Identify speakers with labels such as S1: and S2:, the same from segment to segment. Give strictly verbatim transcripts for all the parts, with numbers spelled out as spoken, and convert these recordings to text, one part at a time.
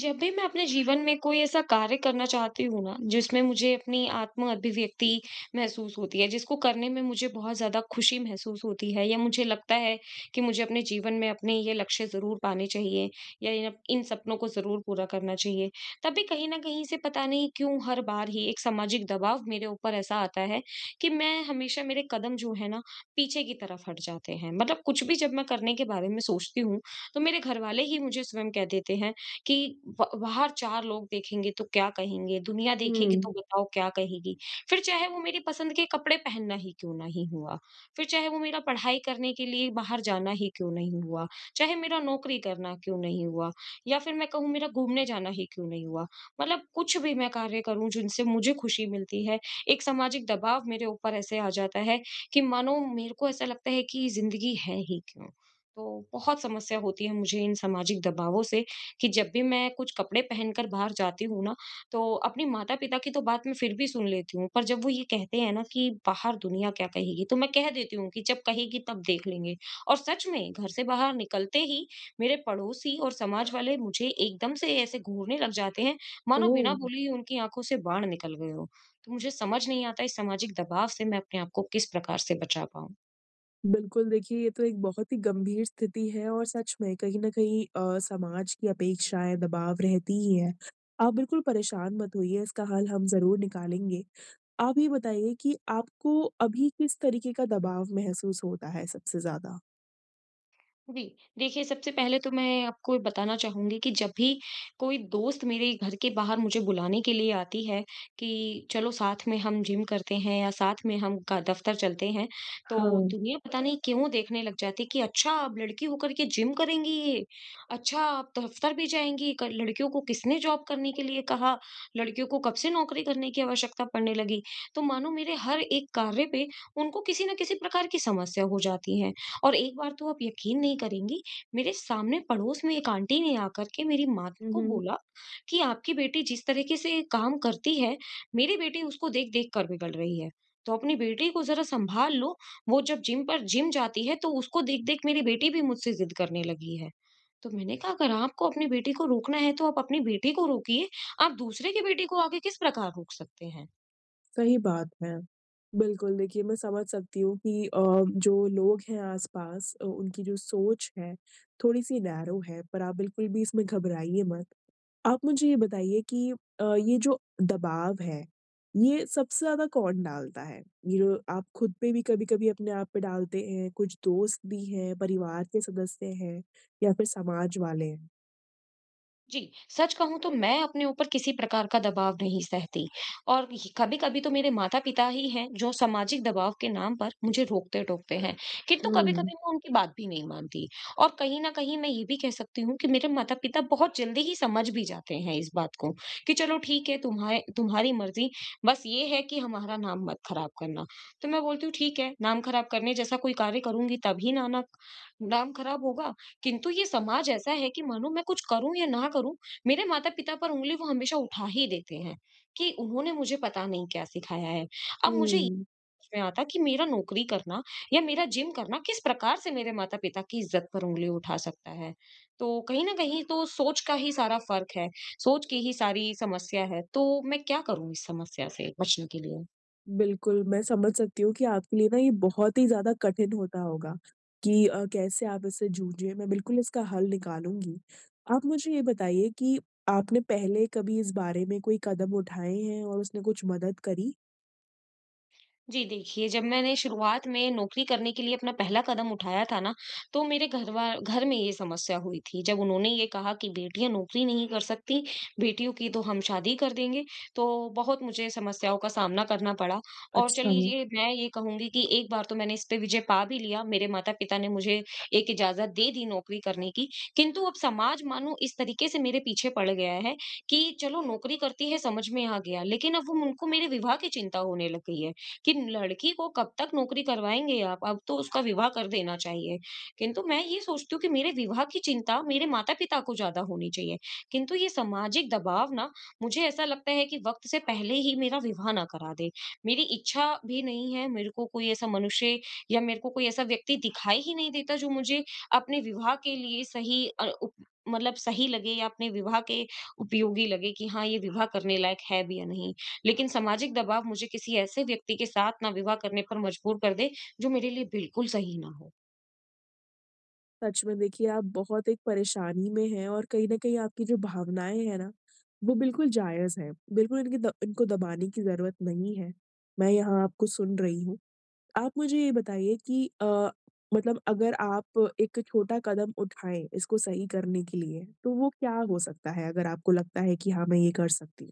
S1: जब भी मैं अपने जीवन में कोई ऐसा कार्य करना चाहती हूँ ना, जिसमें मुझे अपनी आत्म अभिव्यक्ति महसूस होती है, जिसको करने में मुझे बहुत ज़्यादा खुशी महसूस होती है या मुझे लगता है कि मुझे अपने जीवन में अपने ये लक्ष्य ज़रूर पाने चाहिए या इन इन सपनों को ज़रूर पूरा करना चाहिए। तभी कहीं न कहीं से पता नहीं क्यों हर बार ही एक सामाजिक दबाव मेरे ऊपर ऐसा आता है कि मैं हमेशा मेरे कदम जो है ना, पीछे की तरफ हट जाते हैं। मतलब कुछ भी जब मैं करने के बारे में सोचती हूँ, तो मेरे घरवाले ही मुझे स्वयं कह देते हैं कि ब बाहर चार लोग देखेंगे तो क्या कहेंगे? दुनिया देखेगी
S2: हुँ।
S1: तो बताओ क्या कहेगी? फिर चाहे वो मेरी पसंद के कपड़े पहनना ही क्यों नहीं हुआ, फिर चाहे वो मेरा पढ़ाई करने के लिए बाहर जाना ही क्यों नहीं हुआ, चाहे मेरा नौकरी करना क्यों नहीं हुआ या फिर मैं कहूँ मेरा घूमने जाना ही क्यों नहीं हुआ। मतलब कुछ भी मैं कार्य करूँ जिनसे मुझे खुशी मिलती है, एक सामाजिक दबाव मेरे ऊपर ऐसे आ जाता है कि मानो मेरे को ऐसा लगता है कि ज़िंदगी है ही क्यों? तो बहुत समस्या होती है मुझे इन सामाजिक दबावों से कि जब भी मैं कुछ कपड़े पहनकर बाहर जाती हूँ ना, तो अपने माता-पिता की तो बात मैं फिर भी सुन लेती हूँ, पर जब वो ये कहते हैं ना कि बाहर दुनिया क्या कहेगी? तो मैं कह देती हूँ कि जब कहेगी तब देख लेंगे। और सच में घर से बाहर निकलते ही मेरे पड़ोसी और समाज वाले मुझे एकदम से ऐसे घूरने लग जाते हैं, मानो बिना
S2: ओह!
S1: बोले ही उनकी आँखों से बाण निकल गए हों। तो मुझे समझ नहीं आता इस सामाजिक दबाव से मैं अपने आप को किस प्रकार से बचा पाऊँ?
S2: बिल्कुल, देखिए ये तो एक बहुत ही गंभीर स्थिति है और सच में कहीं न कहीं अ, समाज की अपेक्षाएँ, दबाव रहती ही हैं। आप बिल्कुल परेशान मत होइए, इसका हल हम ज़रूर निकालेंगे। आप ये बताइए कि आपको अभी किस तरीके का दबाव महसूस होता है सबसे ज़्यादा?
S1: जी, देखिए सबसे पहले तो मैं आपको ये बताना चाहूँगी कि जब भी कोई दोस्त मेरे घर के बाहर मुझे बुलाने के लिए आती है कि चलो साथ में हम जिम करते हैं या साथ में हम का दफ्तर चलते हैं, तो
S2: हाँ।
S1: दुनिया पता नहीं क्यों देखने लग जाती है कि अच्छा अब लड़की होकर के जिम करेंगी ये, अच्छा अब दफ्तर भी जाएँगी, क लड़कियों को किसने जॉब करने के लिए कहा, लड़कियों को कब से नौकरी करने की आवश्यकता पड़ने लगी। तो मानो मेरे हर एक कार्य पे उनको किसी न किसी प्रकार की समस्या हो जाती है और एक बार तो आप यकीन नहीं करेंगी, मेरे सामने पड़ोस में एक आंटी ने आकर के मेरी माँ
S2: हुँ,
S1: को
S2: हुँ।
S1: बोला कि आपकी बेटी जिस तरीके से काम करती है, मेरी बेटी उसको देख-देख कर बिगड़ रही है। तो अपनी बेटी को ज़रा सँभाल लो, वो जब जिम पर जिम जाती है तो उसको देख-देख मेरी बेटी भी मुझसे ज़िद करने लगी है। तो मैंने कहा अगर आपको अपनी बेटी को रोकना है तो आप अपनी बेटी को रोकिए, आप दूसरे की बेटी को आगे किस प्रकार रोक सकते हैं?
S2: सही बात है। बिल्कुल, देखिए मैं समझ सकती हूँ कि अ, जो लोग हैं आस-पास अ, उनकी जो सोच है, थोड़ी-सी नैरो है, पर आप बिल्कुल भी इसमें घबराइए मत। आप मुझे ये बताइए कि अ, ये जो दबाव है, ये सबसे ज़्यादा कौन डालता है? ये जो आप खुद पे भी कभी-कभी अपने आप पे डालते हैं, कुछ दोस्त भी हैं, परिवार के सदस्य हैं या फिर समाज वाले हैं?
S1: जी, सच कहूँ तो मैं अपने ऊपर किसी प्रकार का दबाव नहीं सहती और कभी-कभी तो मेरे माता-पिता ही हैं जो सामाजिक दबाव के नाम पर मुझे रोकते-टोकते हैं, किंतु
S2: हुँ,
S1: कभी-कभी मैं उनकी बात भी नहीं मानती और कहीं न कहीं मैं ये भी कह सकती हूँ कि मेरे माता-पिता बहुत जल्दी ही समझ भी जाते हैं इस बात को कि चलो ठीक है तुम्हारे तुम्हारी मर्ज़ी, बस ये है कि हमारा नाम मत खराब करना। तो मैं बोलती हूँ ठीक है, नाम खराब करने जैसा कोई कार्य करूँगी तभी ना ना नाम खराब होगा। किंतु ये समाज ऐसा है कि मानो मैं कुछ करूँ या ना करूँ, मेरे माता-पिता पर उँगली वो हमेशा उठा ही देते हैं, कि उन्होंने मुझे पता नहीं क्या सिखाया है। अब मुझे ये
S2: हुँ।
S1: समझ में आता कि मेरा नौकरी करना या मेरा जिम करना किस प्रकार से मेरे माता-पिता की इज़्ज़त पर उँगली उठा सकता है। तो कहीं न कहीं तो सोच का ही सारा फ़र्क है, सोच की ही सारी समस्या है, तो मैं क्या करूँ इस समस्या से बचने के लिए?
S2: बिल्कुल, मैं समझ सकती हूँ कि आपके लिए ना ये बहुत ही ज़्यादा कठिन होता होगा कि अ, कैसे आप इससे जूझे। मैं बिल्कुल इसका हल निकालूँगी। आप मुझे ये बताइए कि आपने पहले कभी इस बारे में कोई कदम उठाए हैं और उसने कुछ मदद करी?
S1: जी, देखिए जब मैंने शुरुआत में नौकरी करने के लिए अपना पहला कदम उठाया था ना, तो मेरे घरवा घर में ये समस्या हुई थी। जब उन्होंने ये कहा कि बेटियाँ नौकरी नहीं कर सकती, बेटियों की तो हम शादी कर देंगे, तो बहुत मुझे समस्याओं का सामना करना पड़ा। और
S2: अच्छा।
S1: चलिए मैं ये कहूँगी कि एक बार तो मैंने इस पे विजय पा भी लिया, मेरे माता-पिता ने मुझे एक इजाज़त दे दी नौकरी करने की, किंतु अब समाज मानो इस तरीके से मेरे पीछे पड़ गया है कि चलो नौकरी करती है समझ में आ गया, लेकिन अब वो उनको मेरे विवाह की चिंता होने लग गई है। कि लड़की को कब तक नौकरी करवाएँगे आप, अब तो उसका विवाह कर देना चाहिए। किंतु मैं ये सोचती हूँ कि मेरे विवाह की चिंता मेरे माता-पिता को ज़्यादा होनी चाहिए। किंतु ये सामाजिक दबाव ना मुझे ऐसा लगता है कि वक़्त से पहले ही मेरा विवाह ना करा दे। मेरी इच्छा भी नहीं है, मेरे को कोई ऐसा मनुष्य या मेरे को कोई ऐसा व्यक्ति दिखाई ही नहीं देता जो मुझे अपने विवाह के लिए सही अ, उप मतलब सही लगे या अपने विवाह के उपयोगी लगे कि हाँ, ये विवाह करने लायक है भी या नहीं। लेकिन सामाजिक दबाव मुझे किसी ऐसे व्यक्ति के साथ ना विवाह करने पर मजबूर कर दे, जो मेरे लिए बिल्कुल सही ना हो।
S2: सच में देखिए आप बहुत एक परेशानी में हैं और कहीं न कहीं आपकी जो भावनाएँ हैं ना, वो बिल्कुल जायज़ हैं। बिल्कुल इनकी द इनको दबाने की ज़रूरत नहीं है। मैं यहाँ आपको सुन रही हूँ। आप मुझे ये बताइए कि अ, मतलब अगर आप एक छोटा कदम उठाएँ इसको सही करने के लिए, तो वो क्या हो सकता है अगर आपको लगता है कि हाँ, मैं ये कर सकती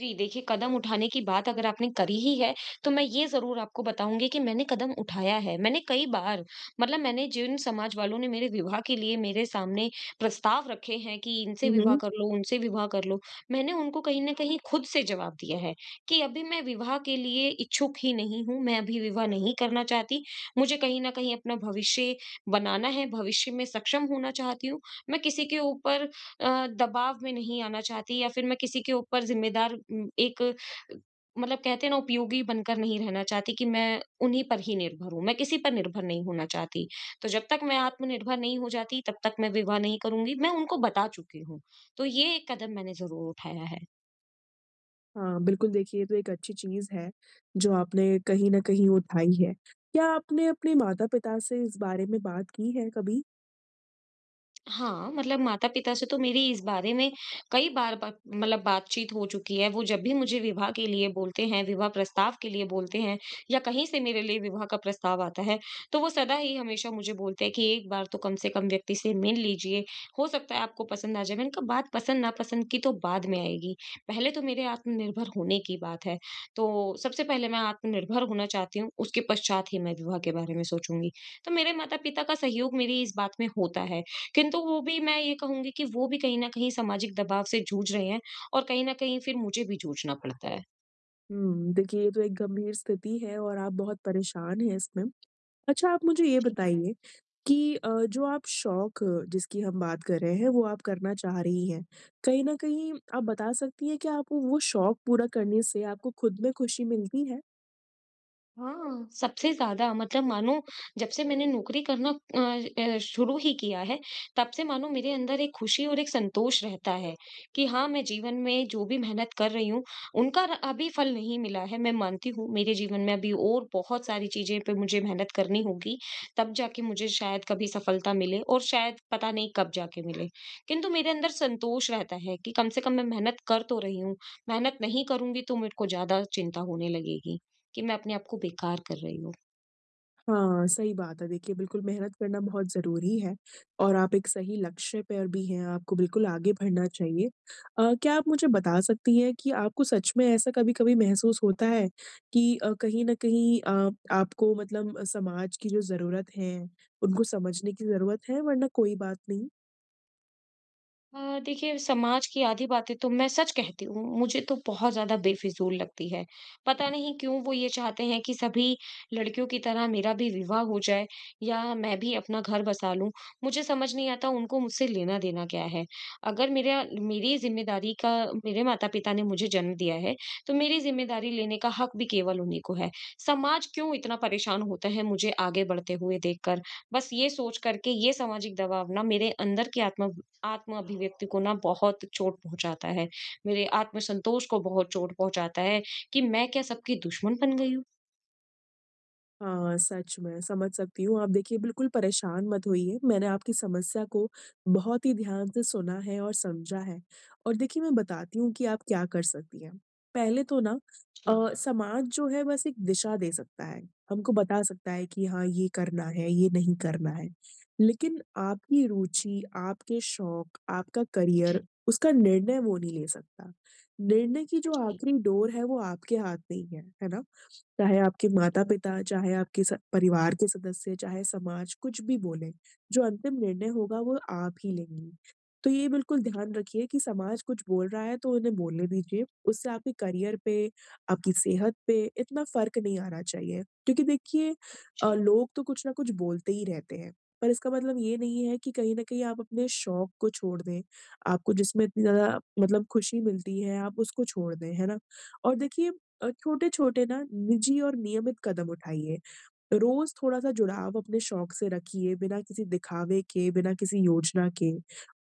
S1: जी, देखिए कदम उठाने की बात अगर आपने करी ही है, तो मैं ये ज़रूर आपको बताऊँगी कि मैंने कदम उठाया है। मैंने कई बार मतलब मैंने जिन समाज वालों ने मेरे विवाह के लिए मेरे सामने प्रस्ताव रखे हैं कि इनसे विवाह
S2: हूँ?
S1: कर लो, उनसे विवाह कर लो, मैंने उनको कहीं न कहीं खुद से जवाब दिया है कि अभी मैं विवाह के लिए इच्छुक ही नहीं हूँ, मैं अभी विवाह नहीं करना चाहती। मुझे कहीं न कहीं अपना भविष्य बनाना है, भविष्य में सक्षम होना चाहती हूँ। मैं किसी के ऊपर अ, दबाव में नहीं आना चाहती या फिर मैं किसी के ऊपर ज़िम्मेदार उम, एक अ, मतलब कहते हैं ना उपयोगी बनकर नहीं रहना चाहती कि मैं उन्हीं पर ही निर्भर हूँ, मैं किसी पर निर्भर नहीं होना चाहती। तो जब तक मैं आत्मनिर्भर नहीं हो जाती तब तक मैं विवाह नहीं करूँगी, मैं उनको बता चुकी हूँ। तो ये एक कदम मैंने ज़रूर उठाया है।
S2: हाँ, बिल्कुल देखिए ये तो एक अच्छी चीज़ है, जो आपने कहीं न कहीं उठाई है। क्या आपने अपने माता-पिता से इस बारे में बात की है कभी?
S1: हाँ, मतलब माता-पिता से तो मेरी इस बारे में कई बार ब मतलब बातचीत हो चुकी है। वो जब भी मुझे विवाह के लिए बोलते हैं, विवाह प्रस्ताव के लिए बोलते हैं या कहीं से मेरे लिए विवाह का प्रस्ताव आता है, तो वो सदा ही हमेशा मुझे बोलते हैं कि एक बार तो कम से कम व्यक्ति से मिल लीजिए, हो सकता है आपको पसंद आ जाए। मैंने कहा बात पसंद-नापसंद की तो बाद में आएगी, पहले तो मेरे आत्मनिर्भर होने की बात है। तो सबसे पहले मैं आत्मनिर्भर होना चाहती हूँ, उसके पश्चात ही मैं विवाह के बारे में सोचूँगी। तो मेरे माता-पिता का सहयोग मेरी इस बात में होता है। किंतु वो भी मैं ये कहूँगी कि वो भी कहीं न कहीं सामाजिक दबाव से जूझ रहे हैं और कहीं न कहीं फिर मुझे भी जूझना पड़ता है।
S2: हुँ, देखिए ये तो एक गंभीर स्थिति है और आप बहुत परेशान हैं इसमें। अच्छा, आप मुझे ये बताइए कि अ, जो आप शौक अ, जिसकी हम बात कर रहे हैं, वो आप करना चाह रही हैं। कहीं न कहीं आप बता सकती हैं कि आपको वो शौक पूरा करने से आपको खुद में खुशी मिलती है?
S1: हाँ, सबसे ज़्यादा मतलब मानो जब से मैंने नौकरी करना अ अ, शुरू ही किया है, तब से मानो मेरे अंदर एक खुशी और एक संतोष रहता है कि हाँ, मैं जीवन में जो भी मेहनत कर रही हूँ, उनका र अभी फल नहीं मिला है। मैं मानती हूँ, मेरे जीवन में अभी और बहुत सारी चीज़ें पे मुझे मेहनत करनी होगी, तब जाके मुझे शायद कभी सफलता मिले और शायद पता नहीं कब जाके मिले। किंतु मेरे अंदर संतोष रहता है कि कम से कम मैं मेहनत कर तो रही हूँ, मेहनत नहीं करूँगी तो मेरे को ज़्यादा चिंता होने लगेगी। कि मैं अपने आप को बेकार कर रही हूँ।
S2: हाँ, सही बात है। देखिए, बिल्कुल मेहनत करना बहुत ज़रूरी है और आप एक सही लक्ष्य पर भी हैं, आपको बिल्कुल आगे बढ़ना चाहिए। अ, क्या आप मुझे बता सकती हैं कि आपको सच में ऐसा कभी-कभी महसूस होता है कि अ, कहीं न कहीं अ, आपको मतलब समाज की जो ज़रूरत है, उनको समझने की ज़रूरत है, वरना कोई बात नहीं?
S1: अ, देखिए समाज की आधी बातें तो मैं सच कहती हूँ, मुझे तो बहुत ज़्यादा बेफिज़ूल लगती है। पता नहीं क्यों वो ये चाहते हैं कि सभी लड़कियों की तरह मेरा भी विवाह हो जाए या मैं भी अपना घर बसा लूँ। मुझे समझ नहीं आता उनको मुझसे लेना-देना क्या है? अगर मेरा मेरी ज़िम्मेदारी का मेरे माता-पिता ने मुझे जन्म दिया है, तो मेरी ज़िम्मेदारी लेने का हक भी केवल उन्हीं को है। समाज क्यों इतना परेशान होता है मुझे आगे बढ़ते हुए देखकर? बस ये सोच कर के ये सामाजिक दबाव ना मेरे अंदर की आत्म आत्म अभिव्यक्ति को ना बहुत चोट पहुँचाता है। मेरे आत्मसंतोष को बहुत चोट पहुँचाता है कि मैं क्या सबकी दुश्मन बन गई हूँ?
S2: हाँ, सच में समझ सकती हूँ। आप देखिए बिल्कुल परेशान मत होइए। मैंने आपकी समस्या को बहुत ही ध्यान से सुना है और समझा है। और देखिए मैं बताती हूँ कि आप क्या कर सकती हैं। पहले तो ना
S1: अच्छा।
S2: अ, समाज जो है बस एक दिशा दे सकता है। हमको बता सकता है कि हाँ, ये करना है, ये नहीं करना है। लेकिन आपकी रुचि, आपके शौक, आपका
S1: जी।
S2: करियर उसका निर्णय वो नहीं ले सकता। निर्णय की
S1: हाँ
S2: जो
S1: जी।
S2: आखिरी डोर है वो आपके हाथ में ही है, है ना? चाहे आपके माता-पिता, चाहे आपके स परिवार के सदस्य, चाहे समाज, कुछ भी बोले, जो अंतिम निर्णय होगा वो आप ही लेंगी। तो ये बिल्कुल ध्यान रखिए कि समाज कुछ बोल रहा है तो उन्हें बोलने दीजिए, उससे आपके करियर पे, आपकी सेहत पे इतना फ़र्क नहीं आना चाहिए। क्योंकि देखिए अ,
S1: जी।
S2: लोग तो कुछ न कुछ बोलते ही रहते हैं, पर इसका मतलब ये नहीं है कि कहीं न कहीं आप अपने शौक को छोड़ दें, आपको जिसमें इतनी ज़्यादा मतलब खुशी मिलती है, आप उसको छोड़ दें, है ना? और देखिए अ, छोटे-छोटे ना निजी और नियमित कदम उठाइए। रोज़ थोड़ा-सा जुड़ाव अपने शौक से रखिए, बिना किसी दिखावे के, बिना किसी योजना के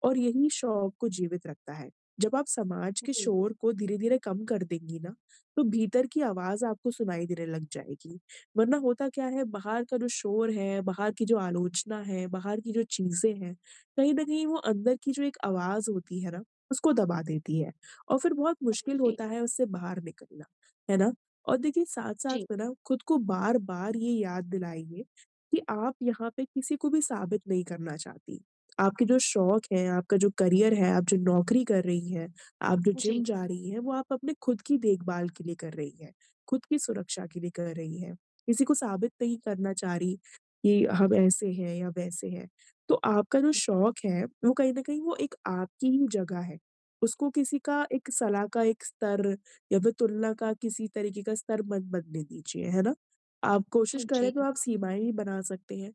S2: और यही शौक को जीवित रखता है। जब आप समाज के
S1: जी।
S2: शोर को धीरे-धीरे कम कर देंगी ना, तो भीतर की आवाज़ आपको सुनाई देने लग जाएगी। वरना होता क्या है, बाहर का जो शोर है, बाहर की जो आलोचना है, बाहर की जो चीज़ें हैं, कहीं न कहीं वो अंदर की जो एक आवाज़ होती है ना, उसको दबा देती है और फिर बहुत
S1: हाँ
S2: मुश्किल
S1: जी।
S2: होता है उससे बाहर निकलना, है ना? और देखिए साथ-साथ
S1: जी।
S2: में ना खुद को बार-बार ये याद दिलाइए कि आप यहाँ पे किसी को भी साबित नहीं करना चाहती। आपके जो शौक हैं, आपका जो करियर है, आप जो नौकरी कर रही हैं, आप जो
S1: जी।
S2: जिम जा रही हैं, वो आप अपने खुद की देखभाल के लिए कर रही हैं, खुद की सुरक्षा के लिए कर रही हैं। किसी को साबित नहीं करना चाह रही कि हम ऐसे हैं या वैसे हैं। तो आपका जो शौक है, वो कहीं न कहीं वो एक आपकी ही जगह है। उसको किसी का एक सलाह का एक स्तर या फिर तुलना का किसी तरीके का स्तर मत बनने दीजिए, है ना? आप कोशिश
S1: हाँ
S2: करें
S1: जी।
S2: तो आप सीमाएँ भी बना सकते हैं।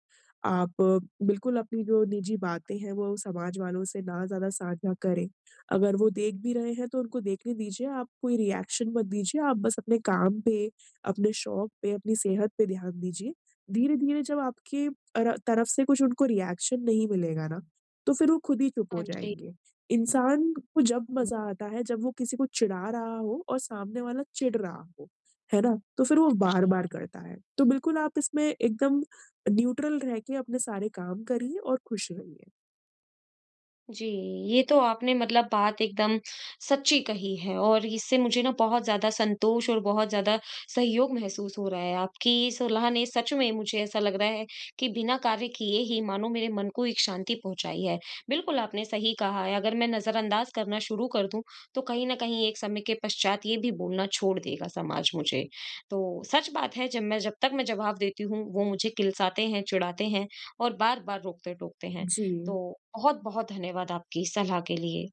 S2: आप अ, बिल्कुल अपनी जो निजी बातें हैं वो समाज वालों से ना ज़्यादा साझा करें। अगर वो देख भी रहे हैं तो उनको देखने दीजिए, आप कोई रिएक्शन मत दीजिए, आप बस अपने काम पे, अपने शौक पे, अपनी सेहत पे ध्यान दीजिए। धीरे-धीरे जब आपकी अर तरफ से कुछ उनको रिएक्शन नहीं मिलेगा ना, तो फिर वो खुद ही चुप हो
S1: हाँ जी।
S2: जाएँगे। इंसान को जब मज़ा आता है जब वो किसी को चिढ़ा रहा हो और सामने वाला चिढ़ रहा हो, है ना? तो फिर वो
S1: हाँ जी।
S2: बार-बार करता है। तो बिल्कुल आप इसमें एकदम न्यूट्रल रह के अपने सारे काम करिए और खुश रहिए।
S1: जी, ये तो आपने मतलब बात एकदम सच्ची कही है और इससे मुझे ना बहुत ज़्यादा संतोष और बहुत ज़्यादा सहयोग महसूस हो रहा है। आपकी सलाह ने सच में मुझे ऐसा लग रहा है कि बिना कार्य किए ही मानो मेरे मन को एक शांति पहुँचाई है। बिल्कुल, आपने सही कहा है, अगर मैं नज़रअंदाज करना शुरू कर दूँ, तो कहीं न कहीं एक समय के पश्चात ये भी बोलना छोड़ देगा समाज मुझे। तो सच बात है, जब मैं जब तक मैं जवाब देती हूँ, वो मुझे किलसाते हैं, चिढ़ाते हैं और बार-बार रोकते-टोकते हैं।
S2: जी।
S1: तो बहुत-बहुत धन्यवाद आपकी इस सलाह के लिए।